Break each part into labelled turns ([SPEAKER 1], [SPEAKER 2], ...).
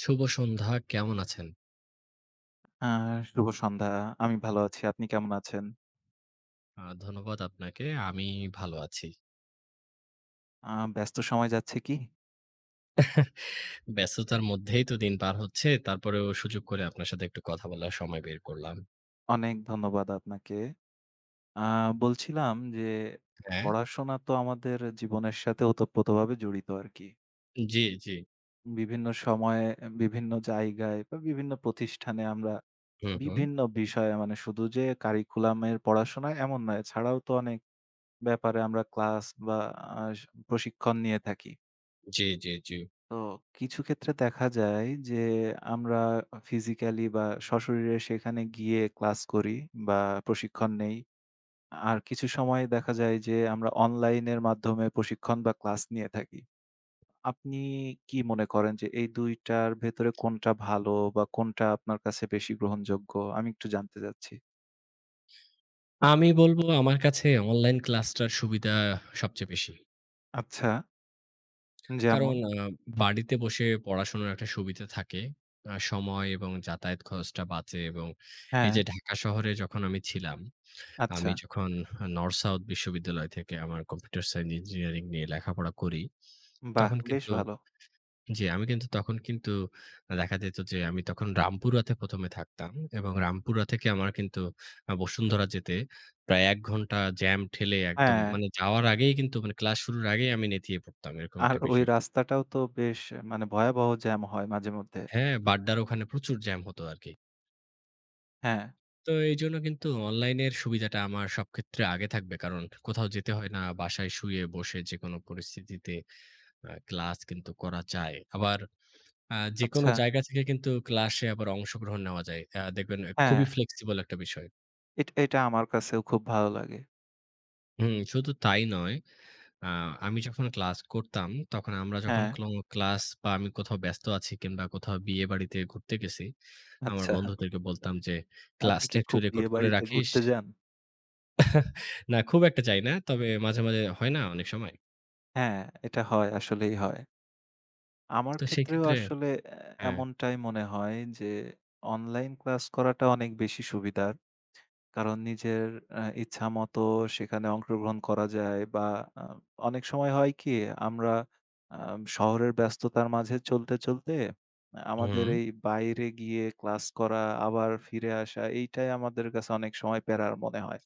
[SPEAKER 1] শুভ সন্ধ্যা। কেমন আছেন?
[SPEAKER 2] আ শুভ সন্ধ্যা। আমি ভালো আছি। আপনি কেমন আছেন?
[SPEAKER 1] ধন্যবাদ আপনাকে। আমি ভালো আছি।
[SPEAKER 2] আ ব্যস্ত সময় যাচ্ছে কি?
[SPEAKER 1] ব্যস্ততার মধ্যেই তো দিন পার হচ্ছে। তারপরেও সুযোগ করে আপনার সাথে একটু কথা বলার সময় বের করলাম।
[SPEAKER 2] অনেক ধন্যবাদ আপনাকে। আ বলছিলাম যে,
[SPEAKER 1] হ্যাঁ।
[SPEAKER 2] পড়াশোনা তো আমাদের জীবনের সাথে ওতপ্রোতভাবে জড়িত আরকি।
[SPEAKER 1] জি, জি।
[SPEAKER 2] বিভিন্ন সময়ে, বিভিন্ন জায়গায় বা বিভিন্ন প্রতিষ্ঠানে আমরা
[SPEAKER 1] হুম, হুম।
[SPEAKER 2] বিভিন্ন বিষয়ে মানে শুধু যে কারিকুলামের পড়াশোনা এমন নয়। এছাড়াও তো অনেক ব্যাপারে আমরা ক্লাস বা আ প্রশিক্ষণ নিয়ে থাকি।
[SPEAKER 1] জি, জি, জি।
[SPEAKER 2] তো কিছু ক্ষেত্রে দেখা যায় যে আমরা ফিজিক্যালি বা সশরীরে সেখানে গিয়ে ক্লাস করি বা প্রশিক্ষণ নেই। আর কিছু সময় দেখা যায় যে আমরা অনলাইনের মাধ্যমে প্রশিক্ষণ বা ক্লাস নিয়ে থাকি। আপনি কি মনে করেন যে এই ২ টার ভেতরে কোনটা ভালো বা কোনটা আপনার কাছে বেশি গ্রহণযোগ্য? আমি একটু জানতে চাচ্ছি।
[SPEAKER 1] আমি বলব আমার কাছে অনলাইন ক্লাসটার সুবিধা সবচেয়ে বেশি।
[SPEAKER 2] আচ্ছা,
[SPEAKER 1] কারণ
[SPEAKER 2] যেমন?
[SPEAKER 1] বাড়িতে বসে পড়াশোনার একটা সুবিধা থাকে। সময় এবং যাতায়াত খরচটা বাঁচে এবং এই
[SPEAKER 2] হ্যাঁ,
[SPEAKER 1] যে ঢাকা শহরে যখন আমি ছিলাম, আমি
[SPEAKER 2] আচ্ছা।
[SPEAKER 1] যখন নর্থ সাউথ বিশ্ববিদ্যালয় থেকে আমার কম্পিউটার সায়েন্স ইঞ্জিনিয়ারিং নিয়ে লেখাপড়া করি,
[SPEAKER 2] বাহ!
[SPEAKER 1] তখন
[SPEAKER 2] বেশ
[SPEAKER 1] কিন্তু
[SPEAKER 2] ভালো।
[SPEAKER 1] জি, আমি কিন্তু তখন কিন্তু দেখা যেত যে আমি তখন রামপুরাতে ১ম এ থাকতাম এবং রামপুরা থেকে আমার কিন্তু বসুন্ধরা যেতে প্রায় ১ ঘন্টা জ্যাম ঠেলে একদম
[SPEAKER 2] হ্যাঁ,
[SPEAKER 1] মানে যাওয়ার আগেই কিন্তু মানে ক্লাস শুরুর আগেই আমি নেতিয়ে পড়তাম। এরকম
[SPEAKER 2] আর
[SPEAKER 1] একটা
[SPEAKER 2] ওই
[SPEAKER 1] বিষয় কিন্তু
[SPEAKER 2] রাস্তাটাও তো বেশ মানে ভয়াবহ জ্যাম হয় মাঝেমধ্যে।
[SPEAKER 1] হ্যাঁ, বাড্ডার ওখানে প্রচুর জ্যাম হতো আরকি।
[SPEAKER 2] হ্যাঁ।
[SPEAKER 1] তো এইজন্য কিন্তু অনলাইনের সুবিধাটা আমার সব ক্ষেত্রে আগে থাকবে। কারণ কোথাও যেতে হয় না। বাসায় শুয়ে বসে যেকোনো পরিস্থিতিতে ক্লাস কিন্তু করা যায়। আবার যেকোনো
[SPEAKER 2] আচ্ছা।
[SPEAKER 1] জায়গা থেকে কিন্তু ক্লাসে আবার অংশগ্রহণ নেওয়া যায়। দেখবেন
[SPEAKER 2] হ্যাঁ,
[SPEAKER 1] খুবই ফ্লেক্সিবল একটা বিষয়।
[SPEAKER 2] এটা আমার কাছেও খুব ভালো লাগে।
[SPEAKER 1] হুম, শুধু তাই নয়। আ আমি যখন ক্লাস করতাম তখন আমরা যখন
[SPEAKER 2] হ্যাঁ,
[SPEAKER 1] ক্লাস বা আমি কোথাও ব্যস্ত আছি কিংবা কোথাও বিয়েবাড়িতে ঘুরতে গেছি, আমার
[SPEAKER 2] আচ্ছা।
[SPEAKER 1] বন্ধুদেরকে বলতাম যে,
[SPEAKER 2] আপনি
[SPEAKER 1] "ক্লাসটা
[SPEAKER 2] কি
[SPEAKER 1] একটু
[SPEAKER 2] খুব
[SPEAKER 1] রেকর্ড করে
[SPEAKER 2] বিয়েবাড়িতে
[SPEAKER 1] রাখিস।"
[SPEAKER 2] ঘুরতে যান?
[SPEAKER 1] না খুব একটা যাই না। তবে মাঝে মাঝে হয় না অনেক সময়।
[SPEAKER 2] হ্যাঁ, এটা হয়, আসলেই হয়। আমার
[SPEAKER 1] তো
[SPEAKER 2] ক্ষেত্রেও
[SPEAKER 1] সেক্ষেত্রে
[SPEAKER 2] আসলে এ
[SPEAKER 1] হ্যাঁ,
[SPEAKER 2] এমনটাই মনে হয় যে অনলাইন ক্লাস করাটা অনেক বেশি সুবিধার। কারণ নিজের ইচ্ছামতো সেখানে অংশগ্রহণ করা যায় বা আ অনেক সময় হয় কি আমরা শহরের ব্যস্ততার মাঝে চলতে, চলতে আমাদের
[SPEAKER 1] হুম,
[SPEAKER 2] এই বাইরে গিয়ে ক্লাস করা আবার ফিরে আসা এইটাই আমাদের কাছে অনেক সময় প্যারার মনে হয়।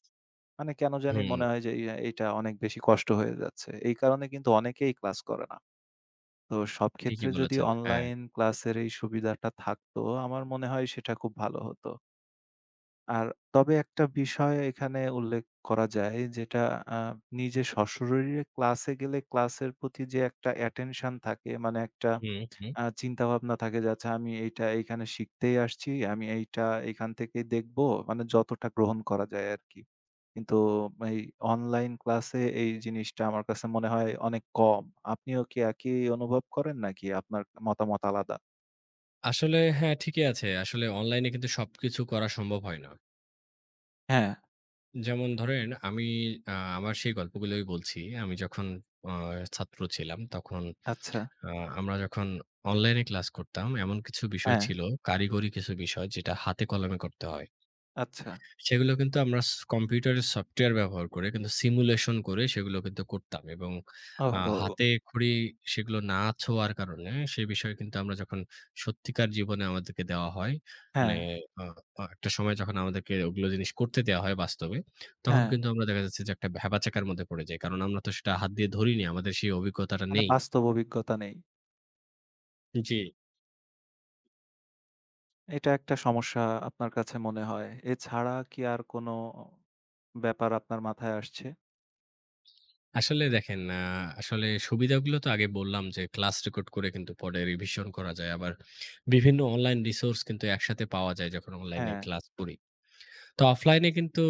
[SPEAKER 2] মানে কেন জানি
[SPEAKER 1] হুম,
[SPEAKER 2] মনে হয় যে এইটা অনেক বেশি কষ্ট হয়ে যাচ্ছে। এই কারণে কিন্তু অনেকেই ক্লাস করে না। তো সব
[SPEAKER 1] ঠিকই
[SPEAKER 2] ক্ষেত্রে যদি
[SPEAKER 1] বলেছেন। হ্যাঁ,
[SPEAKER 2] অনলাইন ক্লাসের এই সুবিধাটা থাকতো আমার মনে হয় সেটা খুব ভালো হতো। আর তবে একটা বিষয় এখানে উল্লেখ করা যায় যেটা আ নিজে সশরীরে ক্লাসে গেলে ক্লাসের প্রতি যে একটা অ্যাটেনশন থাকে মানে একটা
[SPEAKER 1] হুম, হুম।
[SPEAKER 2] চিন্তাভাবনা থাকে যে আচ্ছা আমি এইটা এইখানে শিখতেই আসছি, আমি এইটা এখান থেকেই দেখব। মানে যতটা গ্রহণ করা যায় আরকি। কিন্তু এই অনলাইন ক্লাসে এই জিনিসটা আমার কাছে মনে হয় অনেক কম। আপনিও কি একই অনুভব করেন নাকি আপনার মতামত আলাদা?
[SPEAKER 1] আসলে হ্যাঁ, ঠিকই আছে। আসলে অনলাইনে কিন্তু সবকিছু করা সম্ভব হয় না।
[SPEAKER 2] হ্যাঁ,
[SPEAKER 1] যেমন ধরেন আমি আমার সেই গল্পগুলোই বলছি। আমি যখন আ ছাত্র ছিলাম তখন
[SPEAKER 2] আচ্ছা।
[SPEAKER 1] আ আমরা যখন অনলাইনে ক্লাস করতাম, এমন কিছু বিষয়
[SPEAKER 2] হ্যাঁ,
[SPEAKER 1] ছিল, কারিগরি কিছু বিষয় যেটা হাতে কলমে করতে হয়।
[SPEAKER 2] আচ্ছা।
[SPEAKER 1] সেগুলো কিন্তু আমরা কম্পিউটারের সফটওয়্যার ব্যবহার করে কিন্তু সিমুলেশন করে সেগুলো কিন্তু করতাম এবং
[SPEAKER 2] ওহো!
[SPEAKER 1] হাতে খড়ি সেগুলো না ছোঁয়ার কারণে সে বিষয়ে কিন্তু আমরা যখন সত্যিকার জীবনে আমাদেরকে দেওয়া হয়, মানে
[SPEAKER 2] হ্যাঁ।
[SPEAKER 1] আ আ একটা সময় যখন আমাদেরকে ওগুলো জিনিস করতে দেওয়া হয় বাস্তবে, তখন
[SPEAKER 2] হ্যাঁ।
[SPEAKER 1] কিন্তু আমরা দেখা যাচ্ছে যে একটা ভ্যাবাচ্যাকার মধ্যে পড়ে যাই। কারণ আমরা তো সেটা হাত দিয়ে ধরিনি। আমাদের সেই অভিজ্ঞতাটা
[SPEAKER 2] মানে
[SPEAKER 1] নেই।
[SPEAKER 2] বাস্তব অভিজ্ঞতা নেই।
[SPEAKER 1] জি।
[SPEAKER 2] এটা একটা সমস্যা আপনার কাছে মনে হয়। এছাড়া কি আর কোনো ব্যাপার আপনার মাথায় আসছে?
[SPEAKER 1] আসলে দেখেন, আসলে সুবিধাগুলো তো আগে বললাম যে ক্লাস রেকর্ড করে কিন্তু পরে রিভিশন করা যায়। আবার বিভিন্ন অনলাইন রিসোর্স কিন্তু একসাথে পাওয়া যায় যখন অনলাইনে
[SPEAKER 2] হ্যাঁ,
[SPEAKER 1] ক্লাস করি। তো অফলাইনে কিন্তু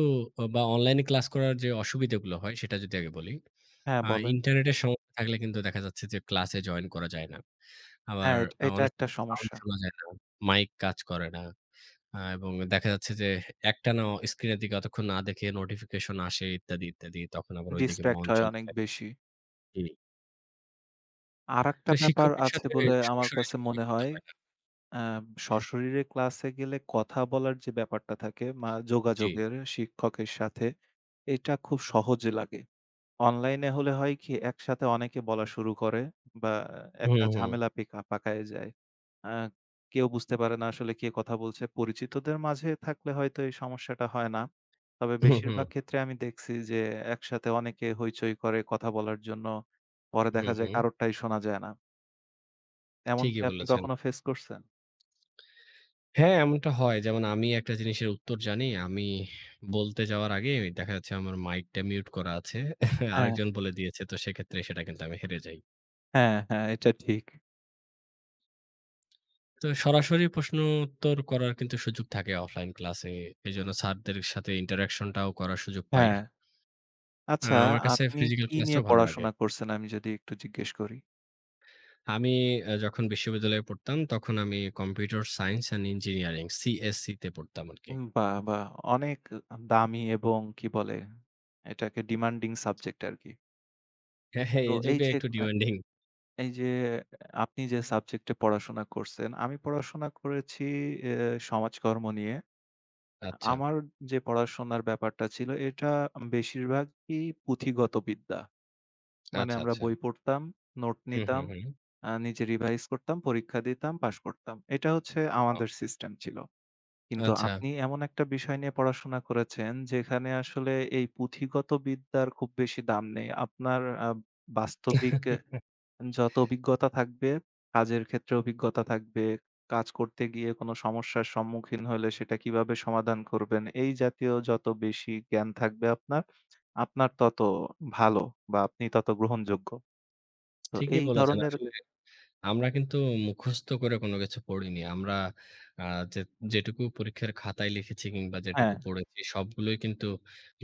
[SPEAKER 1] আহ, বা অনলাইনে ক্লাস করার যে অসুবিধাগুলো হয় সেটা যদি আগে বলি।
[SPEAKER 2] হ্যাঁ বলেন।
[SPEAKER 1] ইন্টারনেটের সমস্যা থাকলে কিন্তু দেখা যাচ্ছে যে ক্লাসে জয়েন করা যায় না। আবার
[SPEAKER 2] হ্যাঁ, এট এটা
[SPEAKER 1] অনেক
[SPEAKER 2] একটা
[SPEAKER 1] সাউন্ড
[SPEAKER 2] সমস্যা।
[SPEAKER 1] শোনা যায় না, মাইক কাজ করে না। এবং দেখা যাচ্ছে যে একটানা স্ক্রিনের দিকে অতক্ষণ না দেখে নোটিফিকেশন আসে ইত্যাদি, ইত্যাদি। তখন আবার ওইদিকে
[SPEAKER 2] ডিসট্রাক্ট
[SPEAKER 1] মন
[SPEAKER 2] হয়
[SPEAKER 1] চলে
[SPEAKER 2] অনেক
[SPEAKER 1] যায়।
[SPEAKER 2] বেশি।
[SPEAKER 1] জি।
[SPEAKER 2] আরেকটা
[SPEAKER 1] তো
[SPEAKER 2] ব্যাপার
[SPEAKER 1] শিক্ষকের
[SPEAKER 2] আছে
[SPEAKER 1] সাথে
[SPEAKER 2] বলে আমার
[SPEAKER 1] সরাসরি
[SPEAKER 2] কাছে
[SPEAKER 1] যোগাযোগ
[SPEAKER 2] মনে
[SPEAKER 1] কিন্তু
[SPEAKER 2] হয়,
[SPEAKER 1] হয় না।
[SPEAKER 2] অ্যা সশরীরে ক্লাসে গেলে কথা বলার যে ব্যাপারটা থাকে
[SPEAKER 1] জি।
[SPEAKER 2] যোগাযোগের শিক্ষকের সাথে, এটা খুব সহজ লাগে। অনলাইনে হলে হয় কি একসাথে অনেকে বলা শুরু করে বা
[SPEAKER 1] হুম,
[SPEAKER 2] একটা
[SPEAKER 1] হুম।
[SPEAKER 2] ঝামেলা পাকায় যায়। আ কেউ বুঝতে পারে না আসলে কে কথা বলছে। পরিচিতদের মাঝে থাকলে হয়তো এই সমস্যাটা হয় না। তবে
[SPEAKER 1] হুম, হুম।
[SPEAKER 2] বেশিরভাগ ক্ষেত্রে আমি দেখছি যে একসাথে অনেকে হইচই করে কথা বলার জন্য। পরে
[SPEAKER 1] হুম,
[SPEAKER 2] দেখা যায়
[SPEAKER 1] হুম।
[SPEAKER 2] কারোরটাই শোনা যায় না। এমন কি
[SPEAKER 1] ঠিকই
[SPEAKER 2] আপনি
[SPEAKER 1] বলেছেন।
[SPEAKER 2] কখনো ফেস করছেন?
[SPEAKER 1] হ্যাঁ, এমনটা হয়। যেমন আমি একটা জিনিসের উত্তর জানি। আমি বলতে যাওয়ার আগে দেখা যাচ্ছে আমার মাইকটা মিউট করা আছে।
[SPEAKER 2] হ্যাঁ,
[SPEAKER 1] আরেকজন বলে দিয়েছে। তো সেক্ষেত্রে সেটা কিন্তু আমি হেরে যাই।
[SPEAKER 2] হ্যাঁ, হ্যাঁ, এটা ঠিক।
[SPEAKER 1] তো সরাসরি প্রশ্নোত্তর করার কিন্তু সুযোগ থাকে অফলাইন ক্লাসে। এজন্য স্যারদের সাথে ইন্টারেকশনটাও করার সুযোগ পাই।
[SPEAKER 2] হ্যাঁ। আচ্ছা,
[SPEAKER 1] আমার কাছে
[SPEAKER 2] আপনি
[SPEAKER 1] ফিজিক্যাল
[SPEAKER 2] কি নিয়ে
[SPEAKER 1] ক্লাসটাও ভালো লাগে।
[SPEAKER 2] পড়াশোনা করছেন আমি যদি একটু জিজ্ঞেস করি?
[SPEAKER 1] আমি যখন বিশ্ববিদ্যালয়ে পড়তাম, তখন আমি computer science and engineering CSC তে পড়তাম আরকি।
[SPEAKER 2] বাহ! বাহ! অনেক দামি এবং কি বলে এটাকে ডিমান্ডিং সাবজেক্ট আরকি।
[SPEAKER 1] হ্যাঁ, হ্যাঁ,
[SPEAKER 2] তো
[SPEAKER 1] এই
[SPEAKER 2] এই
[SPEAKER 1] যুগে
[SPEAKER 2] যে
[SPEAKER 1] একটু ডিমান্ডিং।
[SPEAKER 2] এই যে আপনি যে সাবজেক্টে পড়াশোনা করছেন, আমি পড়াশোনা করেছি এ সমাজকর্ম নিয়ে।
[SPEAKER 1] আচ্ছা,
[SPEAKER 2] আমার যে পড়াশোনার ব্যাপারটা ছিল এটা বেশিরভাগই পুঁথিগত বিদ্যা। মানে
[SPEAKER 1] আচ্ছা,
[SPEAKER 2] আমরা
[SPEAKER 1] আচ্ছা।
[SPEAKER 2] বই পড়তাম, নোট
[SPEAKER 1] হুম, হুম,
[SPEAKER 2] নিতাম,
[SPEAKER 1] হুম।
[SPEAKER 2] নিজে রিভাইজ করতাম, পরীক্ষা দিতাম, পাস করতাম। এটা হচ্ছে
[SPEAKER 1] অ
[SPEAKER 2] আমাদের সিস্টেম ছিল। কিন্তু
[SPEAKER 1] আচ্ছা।
[SPEAKER 2] আপনি এমন একটা বিষয় নিয়ে পড়াশোনা করেছেন যেখানে আসলে এই পুঁথিগত বিদ্যার খুব বেশি দাম নেই। আপনার বাস্তবিক যত অভিজ্ঞতা থাকবে, কাজের ক্ষেত্রে অভিজ্ঞতা থাকবে, কাজ করতে গিয়ে কোনো সমস্যার সম্মুখীন হলে সেটা কিভাবে সমাধান করবেন, এই জাতীয় যত বেশি জ্ঞান থাকবে আপনার, আপনার তত ভালো বা আপনি তত গ্রহণযোগ্য। তো
[SPEAKER 1] ঠিকই
[SPEAKER 2] এই
[SPEAKER 1] বলেছেন।
[SPEAKER 2] ধরনের,
[SPEAKER 1] আসলে আমরা কিন্তু মুখস্থ করে কোনো কিছু পড়িনি। আমরা আ যে যেটুকু পরীক্ষার খাতায় লিখেছি কিংবা
[SPEAKER 2] হ্যাঁ,
[SPEAKER 1] যেটুকু পড়েছি সবগুলোই কিন্তু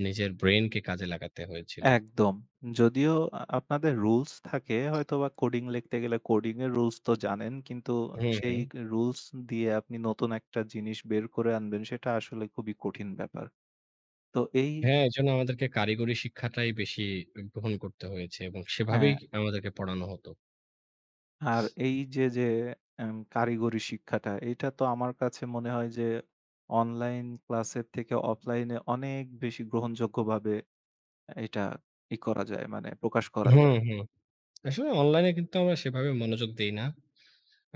[SPEAKER 1] নিজের ব্রেইনকে কাজে লাগাতে হয়েছিল।
[SPEAKER 2] একদম। যদিও আপনাদের রুলস থাকে হয়তোবা কোডিং লিখতে গেলে কোডিং এর রুলস তো জানেন। কিন্তু
[SPEAKER 1] হুম, হুম।
[SPEAKER 2] সেই রুলস দিয়ে আপনি নতুন একটা জিনিস বের করে আনবেন সেটা আসলে খুবই কঠিন ব্যাপার। তো এই,
[SPEAKER 1] হ্যাঁ, এজন্য আমাদেরকে কারিগরি শিক্ষাটাই বেশি গ্রহণ করতে হয়েছে এবং সেভাবেই
[SPEAKER 2] হ্যাঁ।
[SPEAKER 1] আমাদেরকে পড়ানো হতো।
[SPEAKER 2] আর এই যে কারিগরি শিক্ষাটা, এটা তো আমার কাছে মনে হয় যে অনলাইন ক্লাসের থেকে অফলাইনে অনেক বেশি গ্রহণযোগ্যভাবে এটা করা যায় মানে প্রকাশ করা
[SPEAKER 1] হুম,
[SPEAKER 2] যায়।
[SPEAKER 1] হুম। আসলে অনলাইনে কিন্তু আমরা সেভাবে মনোযোগ দেই না।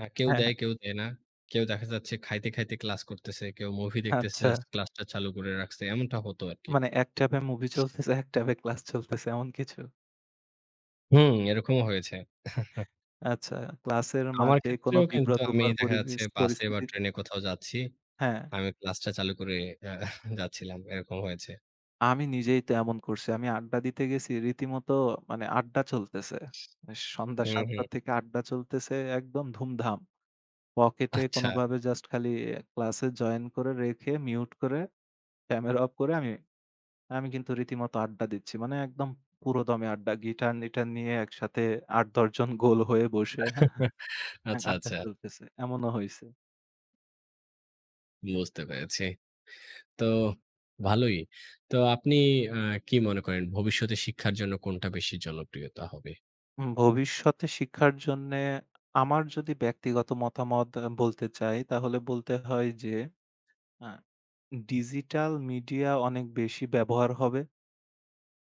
[SPEAKER 1] কেউ
[SPEAKER 2] হ্যাঁ,
[SPEAKER 1] দেয়,
[SPEAKER 2] হ্যাঁ,
[SPEAKER 1] কেউ দেয় না। কেউ দেখা যাচ্ছে খাইতে খাইতে ক্লাস করতেছে, কেউ মুভি দেখতেছে
[SPEAKER 2] আচ্ছা।
[SPEAKER 1] জাস্ট ক্লাসটা চালু করে রাখছে। এমনটা হতো আরকি।
[SPEAKER 2] মানে এক ট্যাবে মুভি চলতেছে, এক ট্যাবে ক্লাস চলতেছে এমন কিছু?
[SPEAKER 1] হুম, এরকমও হয়েছে।
[SPEAKER 2] আচ্ছা, ক্লাসের
[SPEAKER 1] আমার
[SPEAKER 2] মাঝে কোনো
[SPEAKER 1] ক্ষেত্রেও কিন্তু আমি
[SPEAKER 2] বিব্রতকর
[SPEAKER 1] দেখা যাচ্ছে
[SPEAKER 2] পরিবেশ
[SPEAKER 1] বাসে বা
[SPEAKER 2] পরিস্থিতিতে,
[SPEAKER 1] ট্রেনে কোথাও যাচ্ছি।
[SPEAKER 2] হ্যাঁ,
[SPEAKER 1] আমি ক্লাসটা চালু করে আ যাচ্ছিলাম। এরকম হয়েছে।
[SPEAKER 2] আমি নিজেই তো এমন করছি। আমি আড্ডা দিতে গেছি রীতিমতো মানে আড্ডা চলতেছে। সন্ধ্যা
[SPEAKER 1] হুম, হুম।
[SPEAKER 2] ৭:০০ থেকে আড্ডা চলতেছে একদম ধুমধাম। পকেটে
[SPEAKER 1] আচ্ছা।
[SPEAKER 2] কোনোভাবে জাস্ট খালি ক্লাসে জয়েন করে রেখে মিউট করে ক্যামেরা অফ করে আমি আমি কিন্তু রীতিমতো আড্ডা দিচ্ছি। মানে একদম পুরোদমে আড্ডা। গিটার-নিটার নিয়ে একসাথে ৮-১০ জন গোল হয়ে বসে, হ্যাঁ?
[SPEAKER 1] আচ্ছা,
[SPEAKER 2] আড্ডা
[SPEAKER 1] আচ্ছা।
[SPEAKER 2] চলতেছে। এমনও হইছে।
[SPEAKER 1] বুঝতে পেরেছি। তো ভালোই। তো আপনি আ কি মনে করেন ভবিষ্যতে শিক্ষার জন্য কোনটা বেশি জনপ্রিয়তা হবে?
[SPEAKER 2] ভবিষ্যতে শিক্ষার জন্যে আমার যদি ব্যক্তিগত মতামত বলতে চাই তাহলে বলতে হয় যে আ ডিজিটাল মিডিয়া অনেক বেশি ব্যবহার হবে।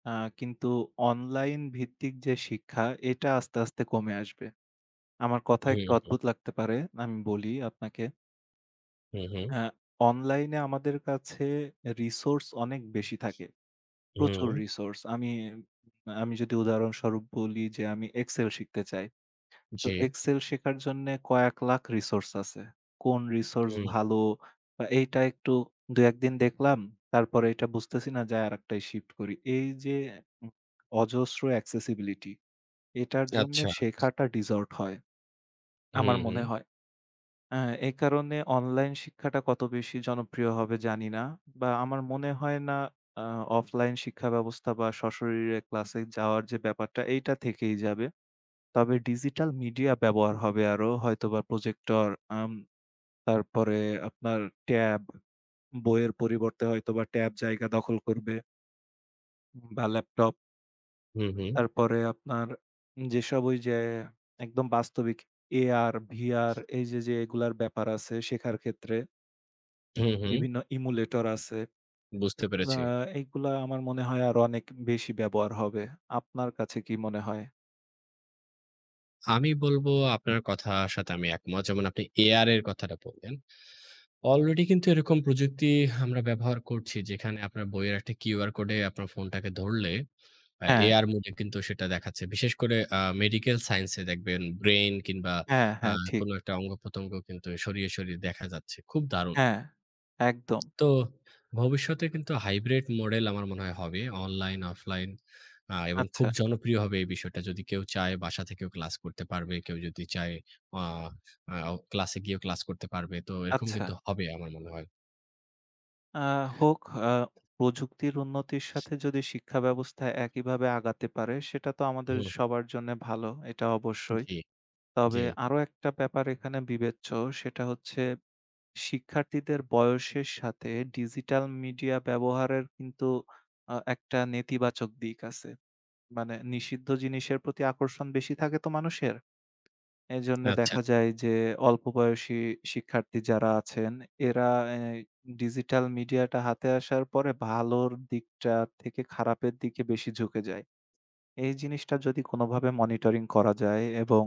[SPEAKER 2] আ কিন্তু অনলাইন ভিত্তিক যে শিক্ষা এটা আস্তে, আস্তে কমে আসবে। আমার কথা
[SPEAKER 1] হুম,
[SPEAKER 2] একটু
[SPEAKER 1] হুম,
[SPEAKER 2] অদ্ভুত লাগতে পারে। আমি বলি আপনাকে।
[SPEAKER 1] হুম, হুম,
[SPEAKER 2] অ্যা অনলাইনে আমাদের কাছে রিসোর্স অনেক বেশি থাকে। প্রচুর
[SPEAKER 1] হুম,
[SPEAKER 2] রিসোর্স। আমি আমি যদি উদাহরণস্বরূপ বলি যে আমি এক্সেল শিখতে চাই। তো
[SPEAKER 1] জি,
[SPEAKER 2] এক্সেল শেখার জন্যে কয়েক লাখ রিসোর্স আছে। কোন রিসোর্স
[SPEAKER 1] হুম,
[SPEAKER 2] ভালো বা এইটা একটু ২-১ দিন দেখলাম, তারপরে এটা বুঝতেছি না যাই আরেকটায় শিফট করি। এই যে উম অজস্র অ্যাক্সেসিবিলিটি এটার জন্যে
[SPEAKER 1] আচ্ছা,
[SPEAKER 2] শেখাটা ডিসঅর্ট হয়,
[SPEAKER 1] হুম,
[SPEAKER 2] আমার
[SPEAKER 1] হুম,
[SPEAKER 2] মনে হয়। হ্যাঁ, এ কারণে অনলাইন শিক্ষাটা কত বেশি জনপ্রিয় হবে জানি না। বা আমার মনে হয় না আ অফলাইন শিক্ষা ব্যবস্থা বা সশরীরে ক্লাসে যাওয়ার যে ব্যাপারটা এইটা থেকেই যাবে। তবে ডিজিটাল মিডিয়া ব্যবহার হবে আরো হয়তোবা প্রজেক্টর, আম তারপরে আপনার ট্যাব, বইয়ের পরিবর্তে হয়তোবা ট্যাব জায়গা দখল করবে বা ল্যাপটপ।
[SPEAKER 1] হুম, হুম,
[SPEAKER 2] তারপরে আপনার যেসব ওই যে একদম বাস্তবিক AR, VR এই যে এগুলার ব্যাপার আছে শেখার ক্ষেত্রে
[SPEAKER 1] হুম, হুম,
[SPEAKER 2] বিভিন্ন ইমুলেটর আছে।
[SPEAKER 1] বুঝতে
[SPEAKER 2] আ
[SPEAKER 1] পেরেছি।
[SPEAKER 2] এইগুলা আমার মনে হয় আরো অনেক বেশি ব্যবহার হবে। আপনার কাছে কি মনে হয়?
[SPEAKER 1] আমি বলবো আপনার কথার সাথে আমি একমত। যেমন আপনি এআর এর কথাটা বললেন। অলরেডি কিন্তু এরকম প্রযুক্তি আমরা ব্যবহার করছি যেখানে আপনার বইয়ের একটা কিউআর কোডে আপনার ফোনটাকে ধরলে
[SPEAKER 2] হ্যাঁ,
[SPEAKER 1] এআর মোডে কিন্তু সেটা দেখাচ্ছে। বিশেষ করে মেডিকেল সায়েন্স এ দেখবেন ব্রেইন কিংবা
[SPEAKER 2] হ্যাঁ,
[SPEAKER 1] আ
[SPEAKER 2] হ্যাঁ, ঠিক।
[SPEAKER 1] কোনো একটা অঙ্গ-প্রত্যঙ্গ কিন্তু সরিয়ে সরিয়ে দেখা যাচ্ছে। খুব দারুণ!
[SPEAKER 2] হ্যাঁ, একদম।
[SPEAKER 1] তো ভবিষ্যতে কিন্তু হাইব্রিড মডেল আমার মনে হয় হবে। অনলাইন, অফলাইন এবং খুব
[SPEAKER 2] আচ্ছা,
[SPEAKER 1] জনপ্রিয় হবে এই বিষয়টা। যদি কেউ চায় বাসা থেকেও ক্লাস করতে পারবে, কেউ যদি চায় আ আ ক্লাসে গিয়েও ক্লাস করতে পারবে। তো এরকম
[SPEAKER 2] আচ্ছা।
[SPEAKER 1] কিন্তু হবে আমার মনে হয়।
[SPEAKER 2] আ হোক আ প্রযুক্তির উন্নতির সাথে যদি শিক্ষা ব্যবস্থা একইভাবে আগাতে পারে সেটা তো আমাদের
[SPEAKER 1] হুম,
[SPEAKER 2] সবার জন্য ভালো, এটা অবশ্যই।
[SPEAKER 1] জি, জি।
[SPEAKER 2] তবে আরো একটা ব্যাপার এখানে বিবেচ্য সেটা হচ্ছে শিক্ষার্থীদের বয়সের সাথে ডিজিটাল মিডিয়া ব্যবহারের কিন্তু একটা নেতিবাচক দিক আছে। মানে নিষিদ্ধ জিনিসের প্রতি আকর্ষণ বেশি থাকে তো মানুষের। এজন্যে
[SPEAKER 1] আচ্ছা।
[SPEAKER 2] দেখা যায় যে অল্প বয়সী শিক্ষার্থী যারা আছেন এরা এ ডিজিটাল মিডিয়াটা হাতে আসার পরে ভালোর দিকটা থেকে খারাপের দিকে বেশি ঝুঁকে যায়। এই জিনিসটা যদি কোনোভাবে মনিটরিং করা যায় এবং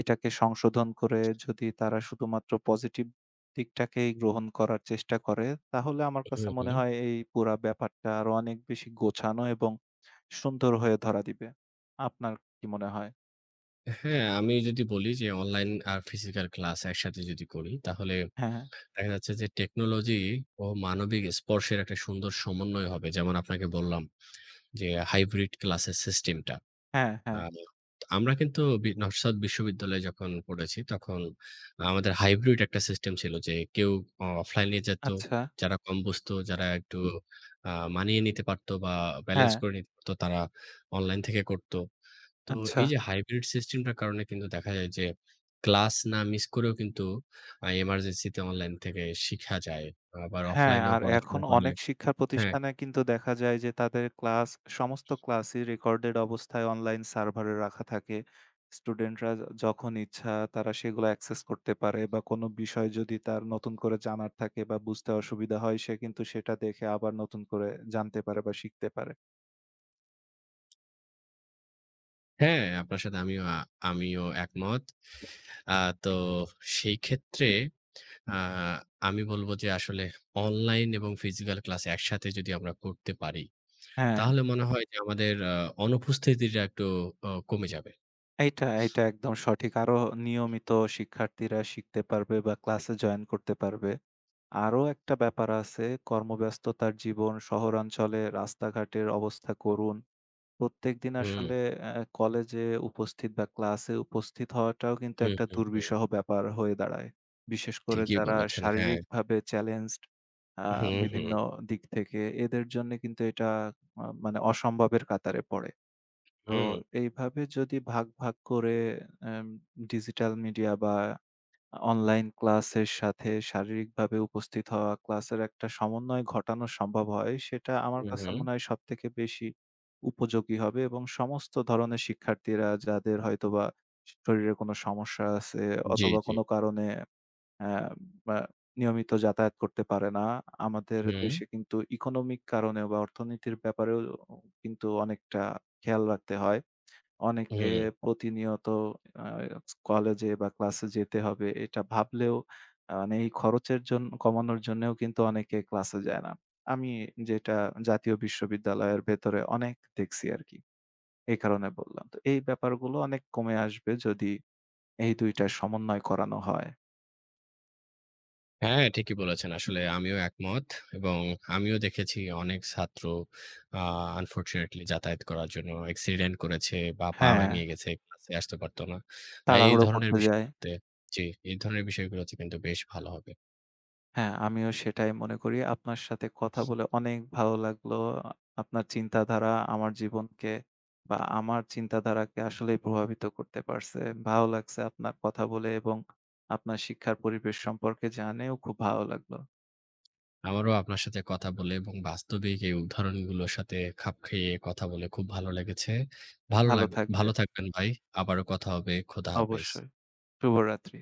[SPEAKER 2] এটাকে সংশোধন করে যদি তারা শুধুমাত্র পজিটিভ দিকটাকেই গ্রহণ করার চেষ্টা করে, তাহলে আমার
[SPEAKER 1] হুম,
[SPEAKER 2] কাছে মনে
[SPEAKER 1] হুম।
[SPEAKER 2] হয় এই পুরা ব্যাপারটা আরো অনেক বেশি গোছানো এবং সুন্দর হয়ে ধরা দিবে। আপনার কি মনে হয়?
[SPEAKER 1] হ্যাঁ, আমি যদি বলি যে অনলাইন আর ফিজিক্যাল ক্লাস একসাথে যদি করি, তাহলে
[SPEAKER 2] হ্যাঁ,
[SPEAKER 1] দেখা যাচ্ছে যে টেকনোলজি ও মানবিক স্পর্শের একটা সুন্দর সমন্বয় হবে। যেমন আপনাকে বললাম যে হাইব্রিড ক্লাসের সিস্টেমটা।
[SPEAKER 2] হ্যাঁ,
[SPEAKER 1] আ
[SPEAKER 2] হ্যাঁ,
[SPEAKER 1] আমরা কিন্তু নস্বাদ বিশ্ববিদ্যালয়ে যখন পড়েছি, তখন আমাদের হাইব্রিড একটা সিস্টেম ছিল যে কেউ অফলাইনে যেত,
[SPEAKER 2] আচ্ছা,
[SPEAKER 1] যারা কম বুঝতো, যারা একটু আ মানিয়ে নিতে পারতো বা ব্যালেন্স
[SPEAKER 2] হ্যাঁ,
[SPEAKER 1] করে নিতে পারতো, তারা অনলাইন থেকে করত। তো
[SPEAKER 2] আচ্ছা।
[SPEAKER 1] এই যে হাইব্রিড সিস্টেমটার কারণে কিন্তু দেখা যায় যে ক্লাস না মিস করেও কিন্তু এমার্জেন্সিতে অনলাইন থেকে শিখা যায়। আবার
[SPEAKER 2] হ্যাঁ,
[SPEAKER 1] অফলাইনেও
[SPEAKER 2] আর
[SPEAKER 1] পড়াশোনা
[SPEAKER 2] এখন
[SPEAKER 1] করলে
[SPEAKER 2] অনেক শিক্ষা
[SPEAKER 1] হ্যাঁ,
[SPEAKER 2] প্রতিষ্ঠানে কিন্তু দেখা যায় যে তাদের ক্লাস সমস্ত ক্লাসই রেকর্ডেড অবস্থায় অনলাইন সার্ভারে রাখা থাকে। স্টুডেন্টরা যখন ইচ্ছা তারা সেগুলো অ্যাক্সেস করতে পারে বা কোনো বিষয় যদি তার নতুন করে জানার থাকে বা বুঝতে অসুবিধা হয় সে কিন্তু সেটা দেখে আবার নতুন করে জানতে পারে বা শিখতে পারে।
[SPEAKER 1] হ্যাঁ, আপনার সাথে আমিও আমিও একমত। আ তো সেই ক্ষেত্রে আ আমি বলব যে আসলে অনলাইন এবং ফিজিক্যাল ক্লাস একসাথে যদি আমরা করতে পারি,
[SPEAKER 2] হ্যাঁ,
[SPEAKER 1] তাহলে মনে হয় যে আমাদের অনুপস্থিতিটা একটু কমে যাবে।
[SPEAKER 2] এইটা একদম সঠিক। আরো নিয়মিত শিক্ষার্থীরা শিখতে পারবে বা ক্লাসে জয়েন করতে পারবে। আরো একটা ব্যাপার আছে, কর্মব্যস্ততার জীবন, শহরাঞ্চলে রাস্তাঘাটের অবস্থা করুণ। প্রত্যেকদিন
[SPEAKER 1] হুম,
[SPEAKER 2] আসলে কলেজে উপস্থিত বা ক্লাসে উপস্থিত হওয়াটাও কিন্তু
[SPEAKER 1] হুম,
[SPEAKER 2] একটা
[SPEAKER 1] হুম, হুম।
[SPEAKER 2] দুর্বিষহ ব্যাপার হয়ে দাঁড়ায়। বিশেষ করে
[SPEAKER 1] ঠিকই
[SPEAKER 2] যারা
[SPEAKER 1] বলেছেন। হ্যাঁ।
[SPEAKER 2] শারীরিকভাবে চ্যালেঞ্জড আ
[SPEAKER 1] হুম, হুম,
[SPEAKER 2] বিভিন্ন দিক থেকে এদের জন্যে কিন্তু এটা মানে অসম্ভবের কাতারে পড়ে। তো
[SPEAKER 1] হুম,
[SPEAKER 2] এইভাবে যদি ভাগ, ভাগ করে অ্যাম ডিজিটাল মিডিয়া বা অনলাইন ক্লাসের সাথে শারীরিকভাবে উপস্থিত হওয়া, ক্লাসের একটা সমন্বয় ঘটানো সম্ভব হয়, সেটা আমার
[SPEAKER 1] হুম,
[SPEAKER 2] কাছে
[SPEAKER 1] হুম।
[SPEAKER 2] মনে হয় সবথেকে বেশি উপযোগী হবে এবং সমস্ত ধরনের শিক্ষার্থীরা যাদের হয়তোবা শরীরে কোনো সমস্যা আছে
[SPEAKER 1] জি,
[SPEAKER 2] অথবা
[SPEAKER 1] জি।
[SPEAKER 2] কোনো কারণে অ্যা বা নিয়মিত যাতায়াত করতে পারে না। আমাদের
[SPEAKER 1] হুম,
[SPEAKER 2] দেশে কিন্তু ইকোনমিক কারণেও বা অর্থনীতির ব্যাপারেও কিন্তু অনেকটা খেয়াল রাখতে হয়। অনেকে
[SPEAKER 1] হুম।
[SPEAKER 2] প্রতিনিয়ত আ কলেজে বা ক্লাসে যেতে হবে এটা ভাবলেও মানে এই খরচের জন্য কমানোর জন্যেও কিন্তু অনেকে ক্লাসে যায় না। আমি যেটা জাতীয় বিশ্ববিদ্যালয়ের ভেতরে অনেক দেখছি আরকি। এই কারণে বললাম। তো এই ব্যাপারগুলো অনেক কমে আসবে যদি এই ২ টার সমন্বয় করানো হয়।
[SPEAKER 1] হ্যাঁ, ঠিকই বলেছেন। আসলে আমিও একমত এবং আমিও দেখেছি অনেক ছাত্র আ আনফরচুনেটলি যাতায়াত করার জন্য অ্যাক্সিডেন্ট করেছে বা পা
[SPEAKER 2] হ্যাঁ,
[SPEAKER 1] ভেঙে গেছে, ক্লাসে আসতে পারত না। এই
[SPEAKER 2] তাড়াহুড়ো
[SPEAKER 1] ধরনের
[SPEAKER 2] করতে যায়।
[SPEAKER 1] বিষয়গুলোতে জি, এই ধরনের বিষয়গুলোতে কিন্তু বেশ ভালো হবে।
[SPEAKER 2] হ্যাঁ, আমিও সেটাই মনে করি। আপনার সাথে কথা বলে অনেক ভালো লাগলো। আপনার চিন্তাধারা আমার জীবনকে বা আমার চিন্তাধারাকে আসলেই প্রভাবিত করতে পারছে। ভালো লাগছে আপনার কথা বলে এবং আপনার শিক্ষার পরিবেশ সম্পর্কে জানেও খুব ভালো লাগলো।
[SPEAKER 1] আমারও আপনার সাথে কথা বলে এবং বাস্তবিক এই উদাহরণগুলোর সাথে খাপ খাইয়ে কথা বলে খুব ভালো লেগেছে। ভালো
[SPEAKER 2] ভালো
[SPEAKER 1] লাগ ভালো
[SPEAKER 2] থাকবেন।
[SPEAKER 1] থাকবেন ভাই। আবারও কথা হবে। খোদা হাফেজ।
[SPEAKER 2] অবশ্যই। শুভরাত্রি।